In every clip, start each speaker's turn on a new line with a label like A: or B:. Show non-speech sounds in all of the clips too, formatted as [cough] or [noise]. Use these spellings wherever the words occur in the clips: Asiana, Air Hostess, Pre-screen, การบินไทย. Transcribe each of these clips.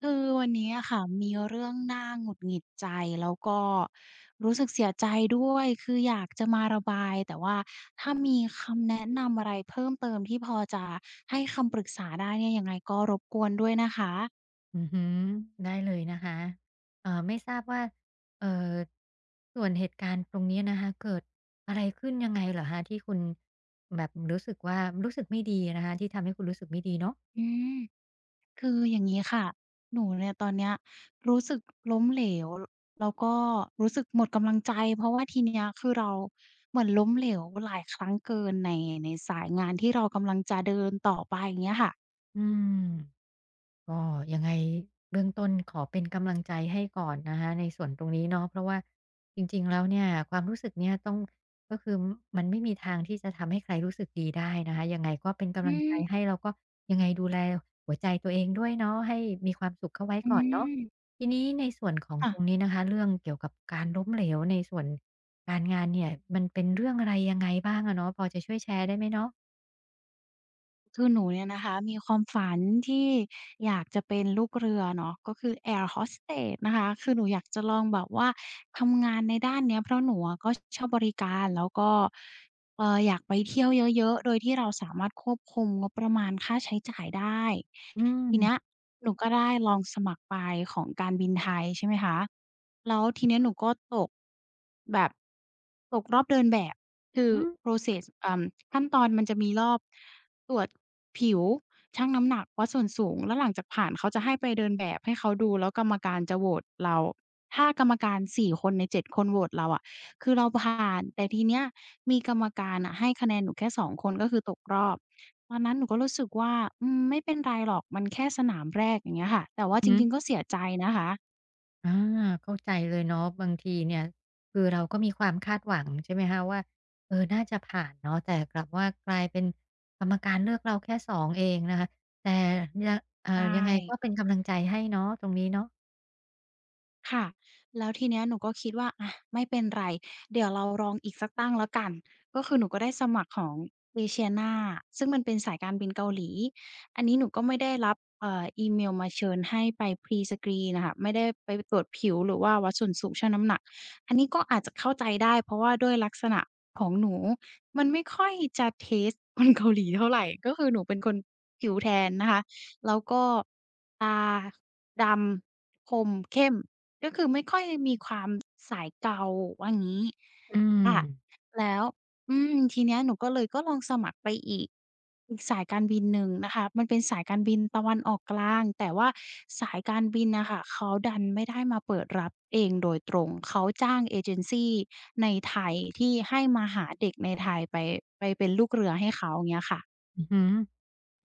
A: คือวันนี้อะค่ะมีเรื่องน่าหงุดหงิดใจแล้วก็รู้สึกเสียใจด้วยคืออยากจะมาระบายแต่ว่าถ้ามีคำแนะนำอะไรเพิ่มเติมที่พอจะให้คำปรึกษาได้เนี่ยยังไงก็รบกวนด้วยนะคะ
B: อือหือได้เลยนะคะไม่ทราบว่าเอ่อส่วนเหตุการณ์ตรงนี้นะคะ เกิดอะไรขึ้นยังไงเหรอคะที่คุณแบบรู้สึกว่ารู้สึกไม่ดีนะคะที่ทำให้คุณรู้สึกไม่ดีเนาะ
A: อืมคืออย่างงี้ค่ะหนูเนี่ยตอนเนี้ยรู้สึกล้มเหลวแล้วก็รู้สึกหมดกำลังใจเพราะว่าทีเนี้ยคือเราเหมือนล้มเหลวหลายครั้งเกินในสายงานที่เรากำลังจะเดินต่อไปอย่างเงี้ยค่ะ
B: อืม ก็ยังไงเบื้องต้นขอเป็นกำลังใจให้ก่อนนะคะในส่วนตรงนี้เนาะเพราะว่าจริงๆแล้วเนี่ยความรู้สึกเนี่ยต้องก็คือมันไม่มีทางที่จะทำให้ใครรู้สึกดีได้นะคะยังไงก็เป็นกำ
A: อื
B: ลังใจ
A: ม
B: ให้แล้วก็ยังไงดูแลหัวใจตัวเองด้วยเนาะให้มีความสุขเข้าไว้
A: อื
B: ก่อนเนาะ
A: ม
B: ทีนี้ในส่วนของ
A: ค่ะ
B: ตรงนี้นะคะเรื่องเกี่ยวกับการล้มเหลวในส่วนการงานเนี่ยมันเป็นเรื่องอะไรยังไงบ้างอะเนาะพอจะช่วยแชร์ได้ไหมเนาะ
A: คือหนูเนี่ยนะคะมีความฝันที่อยากจะเป็นลูกเรือเนาะก็คือ Air Hostess นะคะคือหนูอยากจะลองแบบว่าทำงานในด้านเนี้ยเพราะหนูอะก็ชอบบริการแล้วก็อยากไปเที่ยวเยอะๆโดยที่เราสามารถควบคุมงบประมาณค่าใช้จ่ายได้
B: อืม
A: ทีเนี้ยหนูก็ได้ลองสมัครไปของการบินไทยใช่ไหมคะแล้วทีเนี้ยหนูก็ตกแบบตกรอบเดินแบบคือ
B: อืม
A: process ขั้นตอนมันจะมีรอบ ตรวจผิวชั่งน้ำหนักวัดส่วนสูงแล้วหลังจากผ่านเขาจะให้ไปเดินแบบให้เขาดูแล้วกรรมการจะโหวตเราถ้ากรรมการ4คนใน7คนโหวตเราอะคือเราผ่านแต่ทีเนี้ยมีกรรมการน่ะให้คะแนนหนูแค่2คนก็คือตกรอบตอนนั้นหนูก็รู้สึกว่าอืมไม่เป็นไรหรอกมันแค่สนามแรกอย่างเงี้ยค่ะแต่ว่าจริงๆก็เสียใจนะคะ
B: อาเข้าใจเลยเนาะบางทีเนี่ยคือเราก็มีความคาดหวังใช่ไหมคะว่าเออน่าจะผ่านเนาะแต่กลับว่ากลายเป็นกรรมการเลือกเราแค่สองเองนะคะแต่ยงอ่า
A: ใช่
B: ยังไงก็เป็นกำลังใจให้เนาะตรงนี้เนาะ
A: ค่ะแล้วทีเนี้ยหนูก็คิดว่าอะไม่เป็นไรเดี๋ยวเราลองอีกสักตั้งแล้วกันก็คือหนูก็ได้สมัครของ Asiana ซึ่งมันเป็นสายการบินเกาหลีอันนี้หนูก็ไม่ได้รับอีเมลมาเชิญให้ไป Pre-screen น่ะค่ะไม่ได้ไปตรวจผิวหรือว่าวัดส่วนสูงชั่งน้ำหนักอันนี้ก็อาจจะเข้าใจได้เพราะว่าด้วยลักษณะของหนูมันไม่ค่อยจะเทสต์คนเกาหลีเท่าไรก็คือหนูเป็นคนผิวแทนนะคะแล้วก็ตาดำคมเข้มก็ามสายเก่าว่างี้
B: อืม
A: ค่ะแล้วอืมทีเนี้ยหนูก็เลยก็ลองสมัครไปอีกอีกสายการบินหนึ่งนะคะมันเป็นสายการบินตะวันออกกลางแต่ว่าสายการบินน่ะค่ะเขาดันไม่ได้มาเปิดรับเองโดยตรงเขาจ้างเอเจนซีในไทยที่ให้มาหาเด็กในไทยไปเป็นลูกเรือให้เขาเงี้ยค่ะ
B: อือฮึ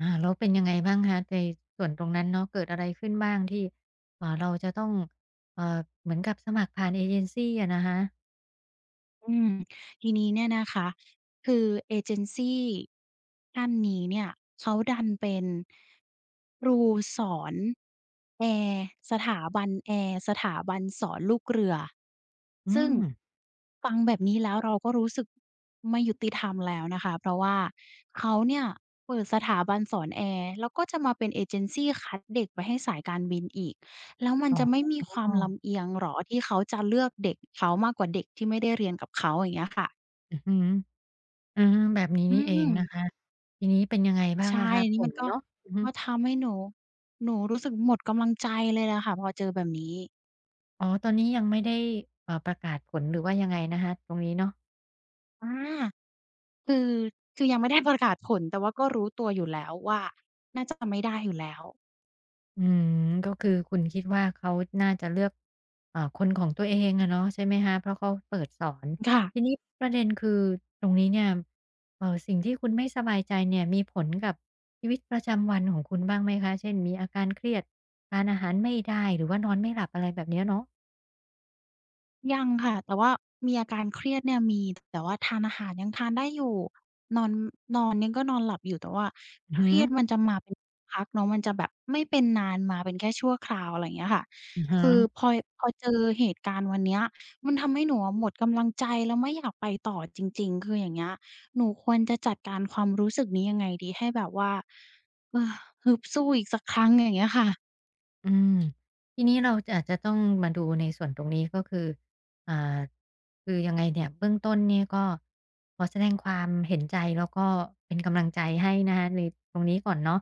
B: อ่าแล้วเป็นยังไงบ้างคะในส่วนตรงนั้นเนาะเกิดอะไรขึ้นบ้างที่เราจะต้องเอ่อเหมือนกับสมัครผ่านเอเจนซีอะนะคะ
A: อืมทีนี้เนี่ยนะคะคือเอเจนซีท่านนี้เนี่ยเขาดันเป็นครูสอนแอร์สถาบันแอร์สถาบันสอนลูกเรือ
B: อื
A: ซึ่ง
B: ม
A: ฟังแบบนี้แล้วเราก็รู้สึกไม่ยุติธรรมแล้วนะคะเพราะว่าเขาเนี่ยเปิดสถาบันสอนแอร์แล้วก็จะมาเป็นเอเจนซีคัดเด็กไปให้สายการบินอีก แล้วมัน
B: อ๋อ
A: จะไม่มีความลำเอียงเหรอที่เขาจะเลือกเด็กเขามากกว่าเด็กที่ไม่ได้เรียนกับเขาอย่างเงี้ยค่ะ
B: อือฮึ อาแบบนี้
A: อื
B: นี่เองนะ
A: ม
B: คะทีนี้เป็นยังไงบ้าง
A: ใช่
B: อะคะ
A: อัน
B: ผ
A: นี้มั
B: ล
A: นก็
B: เนาะอือฮึ
A: ก็ทำให้หนูรู้สึกหมดกำลังใจเลยล่ะค่ะพอเจอแบบนี้
B: อ๋อตอนนี้ยังไม่ได้ประกาศผลหรือว่ายังไงนะคะตรงนี้เนาะ
A: อาคือคือยังไม่ได้ [laughs] ประกาศผลแต่ว่าก็รู้ตัวอยู่แล้วว่าน่าจะไม่ได้อยู่แล้ว
B: อืมก็คือคุณคิดว่าเขาน่าจะเลือกคนของตัวเองอะเนาะใช่ไหมคะเพราะเขาเปิดสอน
A: ค่ะ
B: ทีนี้ประเด็นคือตรงนี้เนี่ยสิ่งที่คุณไม่สบายใจเนี่ยมีผลกับชีวิตประจำวันของคุณบ้างไหมคะเช่นมีอาการเครียดทานอาหารไม่ได้หรือว่านอนไม่หลับอะไรแบบเนี้ยเนาะ
A: ยังค่ะแต่ว่ามีอาการเครียดเนี่ยมีแต่ว่าทานอาหารยังทานได้อยู่นอนนอนเนี่ยก็นอนหลับอยู่แต่ว่า
B: อือ
A: เค
B: ฮึ
A: รียดมันจะมาเป็นพักเนาะมันจะแบบไม่เป็นนานมาเป็นแค่ชั่วคราวอะไรอย่างเงี้ยค่ะ
B: อะฮ
A: คือพอเจอเหตุการณ์วันเนี้ยมันทำให้หนูอะหมดกำลังใจแล้วไม่อยากไปต่อจริงๆคืออย่างเงี้ยหนูควรจะจัดการความรู้สึกนี้ยังไงดีให้แบบว่าเออฮึบสู้อีกสักครั้งอย่างเงี้ยค่ะ
B: อืมทีนี้เราจะอาจจะต้องมาดูในส่วนตรงนี้ก็คืออ่าคือยังไงเนี่ยเบื้องต้นเนี่ยก็ขอแสดงความเห็นใจแล้วก็เป็นกำลังใจให้นะคะในตรงนี้ก่อนเนาะ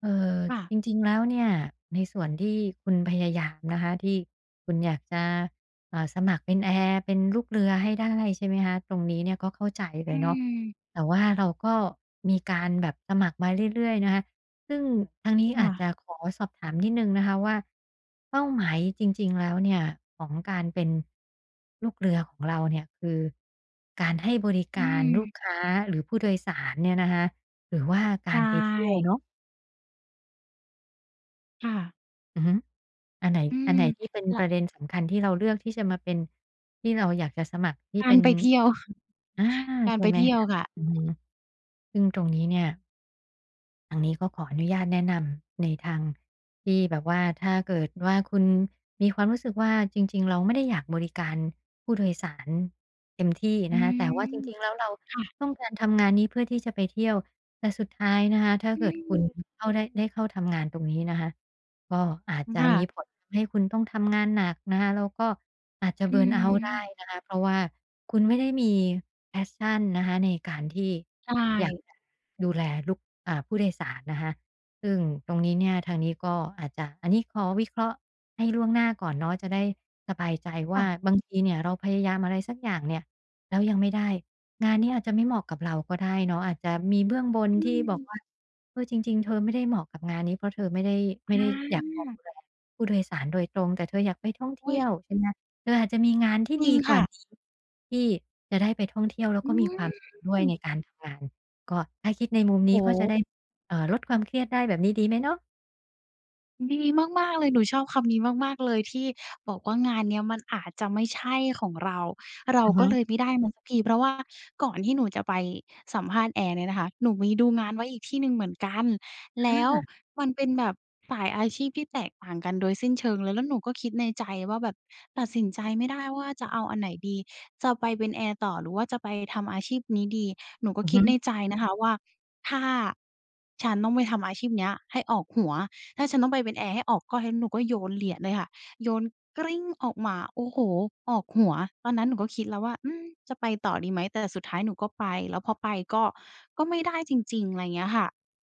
B: เอ่อ
A: ค่ะ
B: จริงๆแล้วเนี่ยในส่วนที่คุณพยายามนะคะที่คุณอยากจะสมัครเป็นแอร์เป็นลูกเรือให้ได้ใช่ไหมคะตรงนี้เนี่ยก็เข้าใจเลย
A: อื
B: เนาะ
A: ม
B: แต่ว่าเราก็มีการแบบสมัครมาเรื่อยๆนะคะ ซึ่งทางนี้อาจจะ
A: ค่ะ
B: ขอสอบถามนิดหนึ่งนะคะว่าเป้าหมายจริงๆแล้วเนี่ยของการเป็นลูกเรือของเราเนี่ยคือการให้บริ
A: อื
B: การลูก
A: ม
B: ค้าหรือผู้โดยสารเนี่ยนะคะหรือว่า
A: ใช
B: การไปเที่ยว
A: ่
B: เนาะ
A: ค่ะ
B: อือฮึอันไหน
A: อื
B: อันไหน
A: ม
B: ที่เป็นป
A: ละ
B: ระเด็นสำคัญที่เราเลือกที่จะมาเป็นที่เราอยากจะสมัครที่
A: กา
B: เป็
A: ร
B: น
A: ไปเที่ยว
B: อา
A: [laughs] การ
B: ใช่
A: ไป
B: ไหม
A: เที่ยว
B: คะ
A: ค่ะ
B: อือฮึซึ่งตรงนี้เนี่ย ทางนี้ก็ขออนุญาตแนะนำในทางที่แบบว่าถ้าเกิดว่าคุณมีความรู้สึกว่าจริงๆเราไม่ได้อยากบริการผู้โดยสารเต็มที่
A: อื
B: นะคะแต่ว่าจ
A: ม
B: ริงๆแล้วเรา
A: ค่ะ
B: ต้องการทำงานนี้เพื่อที่จะไปเที่ยวแต่สุดท้ายนะคะถ้า
A: อื
B: เกิดคุณ
A: ม
B: เข้าได้ได้เข้าทำงานตรงนี้นะคะ ก็อาจจะ
A: ค่ะ
B: มีผลทำให้คุณต้องทำงานหนักนะคะแล้วก็อาจจะ
A: อื
B: เบิร์นเอาท์ได้
A: อ
B: นะคะเพราะว่าคุณไม่ได้มีแพสชันนะคะในการที่
A: ใช่
B: อยากจะดูแลลูกอ่าผู้โดยสารนะคะซึ่งตรงนี้เนี่ยทางนี้ก็อาจจะอันนี้ขอวิเคราะห์ให้ล่วงหน้าก่อนเนาะจะได้สบายใจว่า
A: ค่ะ
B: บางทีเนี่ยเราพยายามอะไรสักอย่างเนี่ยแล้วยังไม่ได้งานนี้อาจจะไม่เหมาะกับเราก็ได้เนาะอาจจะมีเบื้องบน
A: อื
B: ที่
A: ม
B: บอกว่า เออจริงๆเธอไม่ได้เหมาะกับงานนี้เพราะเธอไม่ได้
A: อ
B: อยากจะ
A: า
B: ดูแลผู้โดยสารโดยตรงแต่เธออยากไปท่อง
A: อุ๊ย
B: เที่ยวใช่ไหมเธออาจจะมีงานที่
A: จริ
B: ดี
A: ง
B: กว่า
A: ค่ะ
B: นี้ที่จะได้ไปท่องเที่ยวแล้ว
A: อื
B: ก็มีความ
A: ม
B: สุขด้วยในการทำงานก็ถ้าคิดในมุมนี้
A: โอ้
B: ก็จะได้
A: โฮ
B: ลดความเครียดได้แบบนี้ดีไหมเนาะ
A: ดีมากๆเลยหนูชอบคำนี้มากๆเลยที่บอกว่างานเนี้ยมันอาจจะไม่ใช่ของเราเรา
B: อือ
A: ก็
B: ฮึ
A: เลยไม่ได้มันสักทีเพราะว่าก่อนที่หนูจะไปสัมภาษณ์แอร์เนี่ยนะคะหนูมีดูงานไว้อีกที่หนึ่งเหมือนกันแล้ว
B: อา
A: มันเป็นแบบสายอาชีพที่แตกต่างกันโดยสิ้นเชิงเลยแล้วหนูก็คิดในใจว่าแบบตัดสินใจไม่ได้ว่าจะเอาอันไหนดีจะไปเป็นแอร์ต่อหรือว่าจะไปทำอาชีพนี้ดีหนูก็
B: อือ
A: คิด
B: ฮึ
A: ในใจนะคะว่าถ้าฉันต้องไปทำอาชีพเนี้ยให้ออกหัว ถ้าฉันต้องไปเป็นแอร์ให้ออกก้อนแล้วหนูก็โยนเหรียญเลยค่ะโยนกริ้งออกมาโอ้โฮออกหัวตอนนั้นหนูก็คิดแล้วว่าอืมจะไปต่อดีไหมแต่สุดท้ายหนูก็ไปแล้วพอไปก็ก็ไม่ได้จริงๆอะไรอย่างเงี้ยค่ะ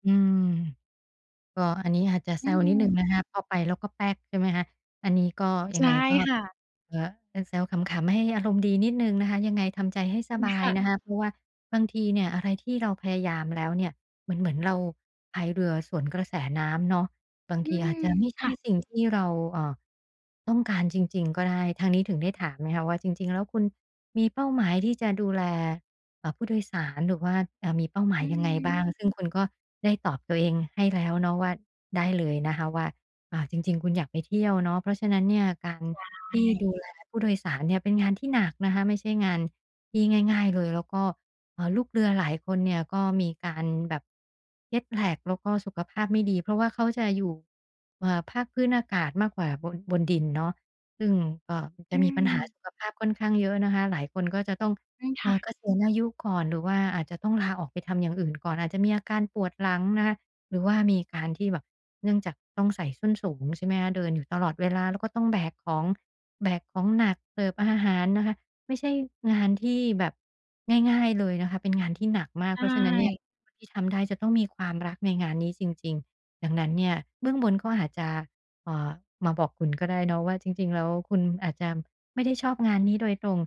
B: อืม ก็อันนี้อาจจะแซ
A: อื
B: วนิดหนึ่งนะ
A: ม
B: คะพอไปแล้วก็แป๊กใช่ไหมคะอันนี้ก็ยัง
A: ใช่
B: ไงก็
A: ค่ะ
B: เอ่อเออแซวขำๆให้อารมณ์ดีนิดหนึ่งนะคะยังไงทำใจให้สบายนะ
A: ค่ะ
B: คะเพราะว่าบางทีเนี่ยอะไรที่เราพยายามแล้วเนี่ยเหมือนเราพายเรือสวนกระแสน้ำเนาะบาง
A: อื
B: ทีอา
A: ม
B: จจะไม่ใช่
A: ค่ะ
B: สิ่งที่เราเอ่อต้องการจริงๆก็ได้ทางนี้ถึงได้ถามไงคะว่าจริงๆแล้วคุณมีเป้าหมายที่จะดูแล ผู้โดยสารหรือว่ามีเป้าหมา
A: อื
B: ยยังไงอืบ้าง
A: ม
B: มซึ่งคุณก็ได้ตอบตัวเองให้แล้วเนาะว่าได้เลยนะคะว่าจริงๆคุณอยากไปเที่ยวเนาะเพราะฉะนั้นเนี่ยการ
A: ใช่
B: ที่ดูแลผู้โดยสารเนี่ยเป็นงานที่หนักนะคะไม่ใช่งานที่ง่ายๆเลยแล้วก็ลูกเรือหลายคนเนี่ยก็มีการแบบ Jet Lag แล้วก็สุขภาพไม่ดีเพราะว่าเขาจะอยู่ภาคพื้นอากาศมากกว่าบนดินเนาะซึ่งก็จะ
A: อื
B: มีปัญ
A: ม
B: หาสุขภาพค่อนข้างเยอะนะคะหลายคนก็จะต้อง
A: อืมค่ะ
B: เอ่าเกษียณอายุก่อนหรือว่าอาจจะต้องลาออกไปทำอย่างอื่นก่อนอาจจะมีอาการปวดหลังนะคะหรือว่ามีการที่แบบเนื่องจากต้องใส่ส้นสูงใช่ไหมคะเดินอยู่ตลอดเวลาแล้วก็ต้องแบกของแบกของหนักเสิร์ฟอาหารนะคะไม่ใช่งานที่แบบง่ายๆเลยนะคะเป็นงานที่หนักมาก
A: ใช่
B: เพราะฉะนั้นเนี่ยคนที่ทำได้จะต้องมีความรักในงานนี้จริงๆดังนั้นเนี่ยเบื้องบนเขาอาจจะเอ่อมาบอกคุณก็ได้เนาะว่าจริงๆแล้วคุณอาจจะไม่ได้ชอบงานนี้โดยตรง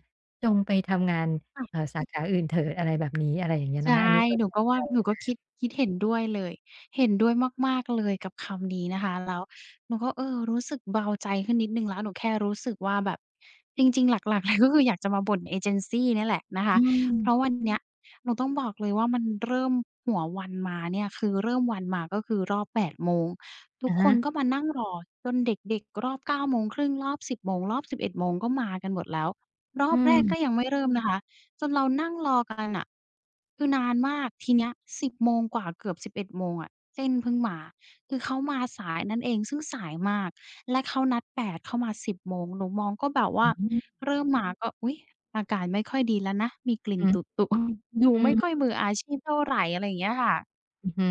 B: จงไปทำงาน สาขาอื่นเถิดอะไรแบบนี้อะไรอย่างเงี้ย
A: ใช
B: นะคะอั
A: ่
B: นนี้ก็
A: หนูก็ว่าหนูก็คิดเห็นด้วยเลยเห็นด้วยมากๆเลยกับคำนี้นะคะแล้วหนูก็รู้สึกเบาใจขึ้นนิดหนึ่งแล้วหนูแค่รู้สึกว่าแบบจริงๆหลักๆ [laughs] เลยก็คืออยากจะมาบ่นเอเจนซีเนี่ยแหละนะ
B: [unintelligible]
A: คะ
B: อืม
A: เพราะวันเนี้ยหนูต้องบอกเลยว่ามันเริ่มหัววันมาเนี่ยคือเริ่มวันมาก็คือรอบ8โมงทุก
B: อะ
A: ค
B: ฮะ
A: นก็มานั่งรอจนเด็กๆรอบ9โมงครึ่งรอบ10โมงรอบ11โมงก็มากันหมดแล้วรอบ
B: อื
A: แร
B: ม
A: กก็ยังไม่เริ่มนะคะ จนเรานั่งรอกันน่ะคือนานมากทีเนี้ย10โมงกว่าเกือบสิบเอ็ดโมงอะเส้นเพิ่งมาคือเขามาสายนั่นเองซึ่งสายมากและเขานัดแปดเขามา10โมงหนูมองก็แบบว่า
B: อืม
A: เริ่มมาก็อุ๊ยอาการไม่ค่อยดีแล้วนะมีก
B: อือ
A: ลิ่นตุ
B: ฮึ
A: ๆ [laughs] ดู
B: อื
A: ไม่ค่อย
B: ม
A: มืออาชีพเท่าไรอะไรอย่างเงี้ยค่ะ
B: อือฮึ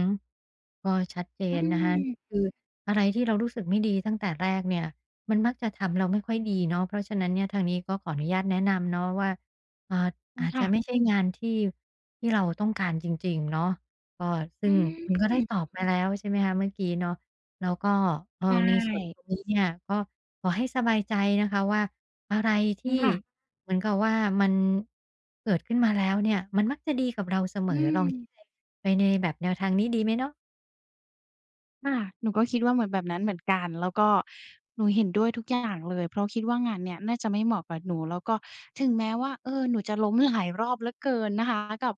B: ก็ชัดเจ
A: อื
B: นนะคะ
A: ม
B: คืออะไรที่เรารู้สึกไม่ดีตั้งแต่แรกเนี่ยมันมักจะทำเราไม่ค่อยดีเนาะเพราะฉะนั้นเนี่ยทางนี้ก็ขออนุญาตแนะนำเนาะว่าอ่า
A: อืม
B: อาจ
A: ค่ะ
B: จะไม่ใช่งานที่เราต้องการจริงๆเนาะก็ซึ่
A: อื
B: งคุณก็ได้ตอ
A: ม
B: บมาแล้วใช่ไหมคะเมื่อกี้เนาะแล้วก็
A: ใช
B: ในส่วนตร
A: ่
B: งนี้เนี่ยก็ขอให้สบายใจนะคะว่าอะไร
A: อื
B: ที่
A: มค่ะ
B: เหมือนกับว่ามันเกิดขึ้นมาแล้วเนี่ยมันมักจะดีกับเราเสม
A: อื
B: อล
A: ม
B: องคิดไปในแบบแนวทางนี้ดีไหมเนาะ
A: ค่ะหนูก็คิดว่าเหมือนแบบนั้นเหมือนกันแล้วก็หนูเห็นด้วยทุกอย่างเลยเพราะคิดว่างานเนี่ยน่าจะไม่เหมาะกับหนูแล้วก็ถึงแม้ว่าหนูจะล้มหลายรอบเหลือเกินนะคะกับ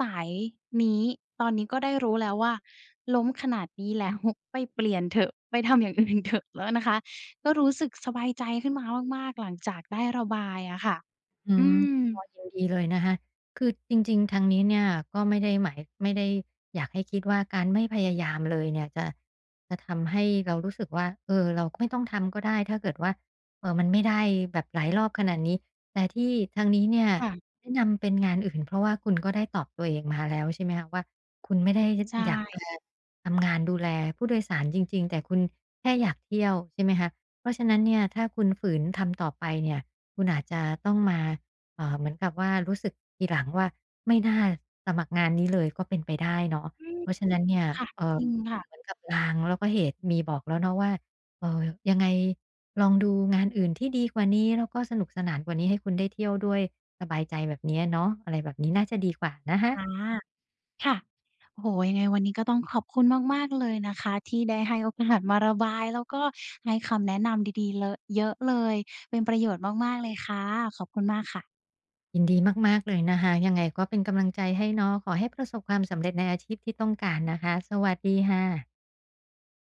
A: สายนี้ตอนนี้ก็ได้รู้แล้วว่าล้มขนาดนี้แล้ว [laughs] ไปเปลี่ยนเถอะไปทำอย่างอื่นเถอะแล้วนะคะก็รู้สึกสบายใจขึ้นมามากๆหลังจากได้ระบายอะค่ะ
B: อื
A: อื
B: ม
A: ม
B: ก็ยินดีเลยนะคะคือจริงๆทางนี้เนี่ยก็ไม่ได้อยากให้คิดว่าการไม่พยายามเลยเนี่ยจะทำให้เรารู้สึกว่าเออเราไม่ต้องทำก็ได้ถ้าเกิดว่ามันไม่ได้แบบหลายรอบขนาดนี้แต่ที่ทางนี้เนี่ย
A: ค่ะ
B: แนะนำเป็นงานอื่นเพราะว่าคุณก็ได้ตอบตัวเองมาแล้วใช่ไหมคะว่าคุณไม่ได้
A: ใช่
B: อยากจะทำงานดูแลผู้โดยสารจริงๆแต่คุณแค่อยากเที่ยวใช่ไหมคะเพราะฉะนั้นเนี่ยถ้าคุณฝืนทำต่อไปเนี่ย คุณอาจจะต้องมาเหมือนกับว่ารู้สึกทีหลังว่าไม่น่าสมัครงานนี้เลยก็เป็นไปได้เนาะ
A: อืม
B: เพราะฉะนั้นเนี่ย
A: ค่ะ
B: เอ่
A: จ
B: อ
A: ริงค่ะ
B: เหมือนกับลางแล้วก็เหตุมีบอกแล้วเนาะว่าเอ่อยังไงลองดูงานอื่นที่ดีกว่านี้แล้วก็สนุกสนานกว่านี้ให้คุณได้เที่ยวด้วยสบายใจแบบเนี้ยเนาะอะไรแบบนี้น่าจะดีกว่านะคะ
A: อา ค่ะโอ้โฮยังไงวันนี้ก็ต้องขอบคุณมากๆเลยนะคะที่ได้ให้โอกาสมาระบายแล้วก็ให้คำแนะนำดีๆเลอะเยอะเลยเป็นประโยชน์มากๆเลยค่ะขอบคุณมากค่ะ
B: ยินดีมากๆเลยนะคะยังไงก็เป็นกำลังใจให้เนาะขอให้ประสบความสำเร็จในอาชีพที่ต้องการนะคะสวัสดีค่ะ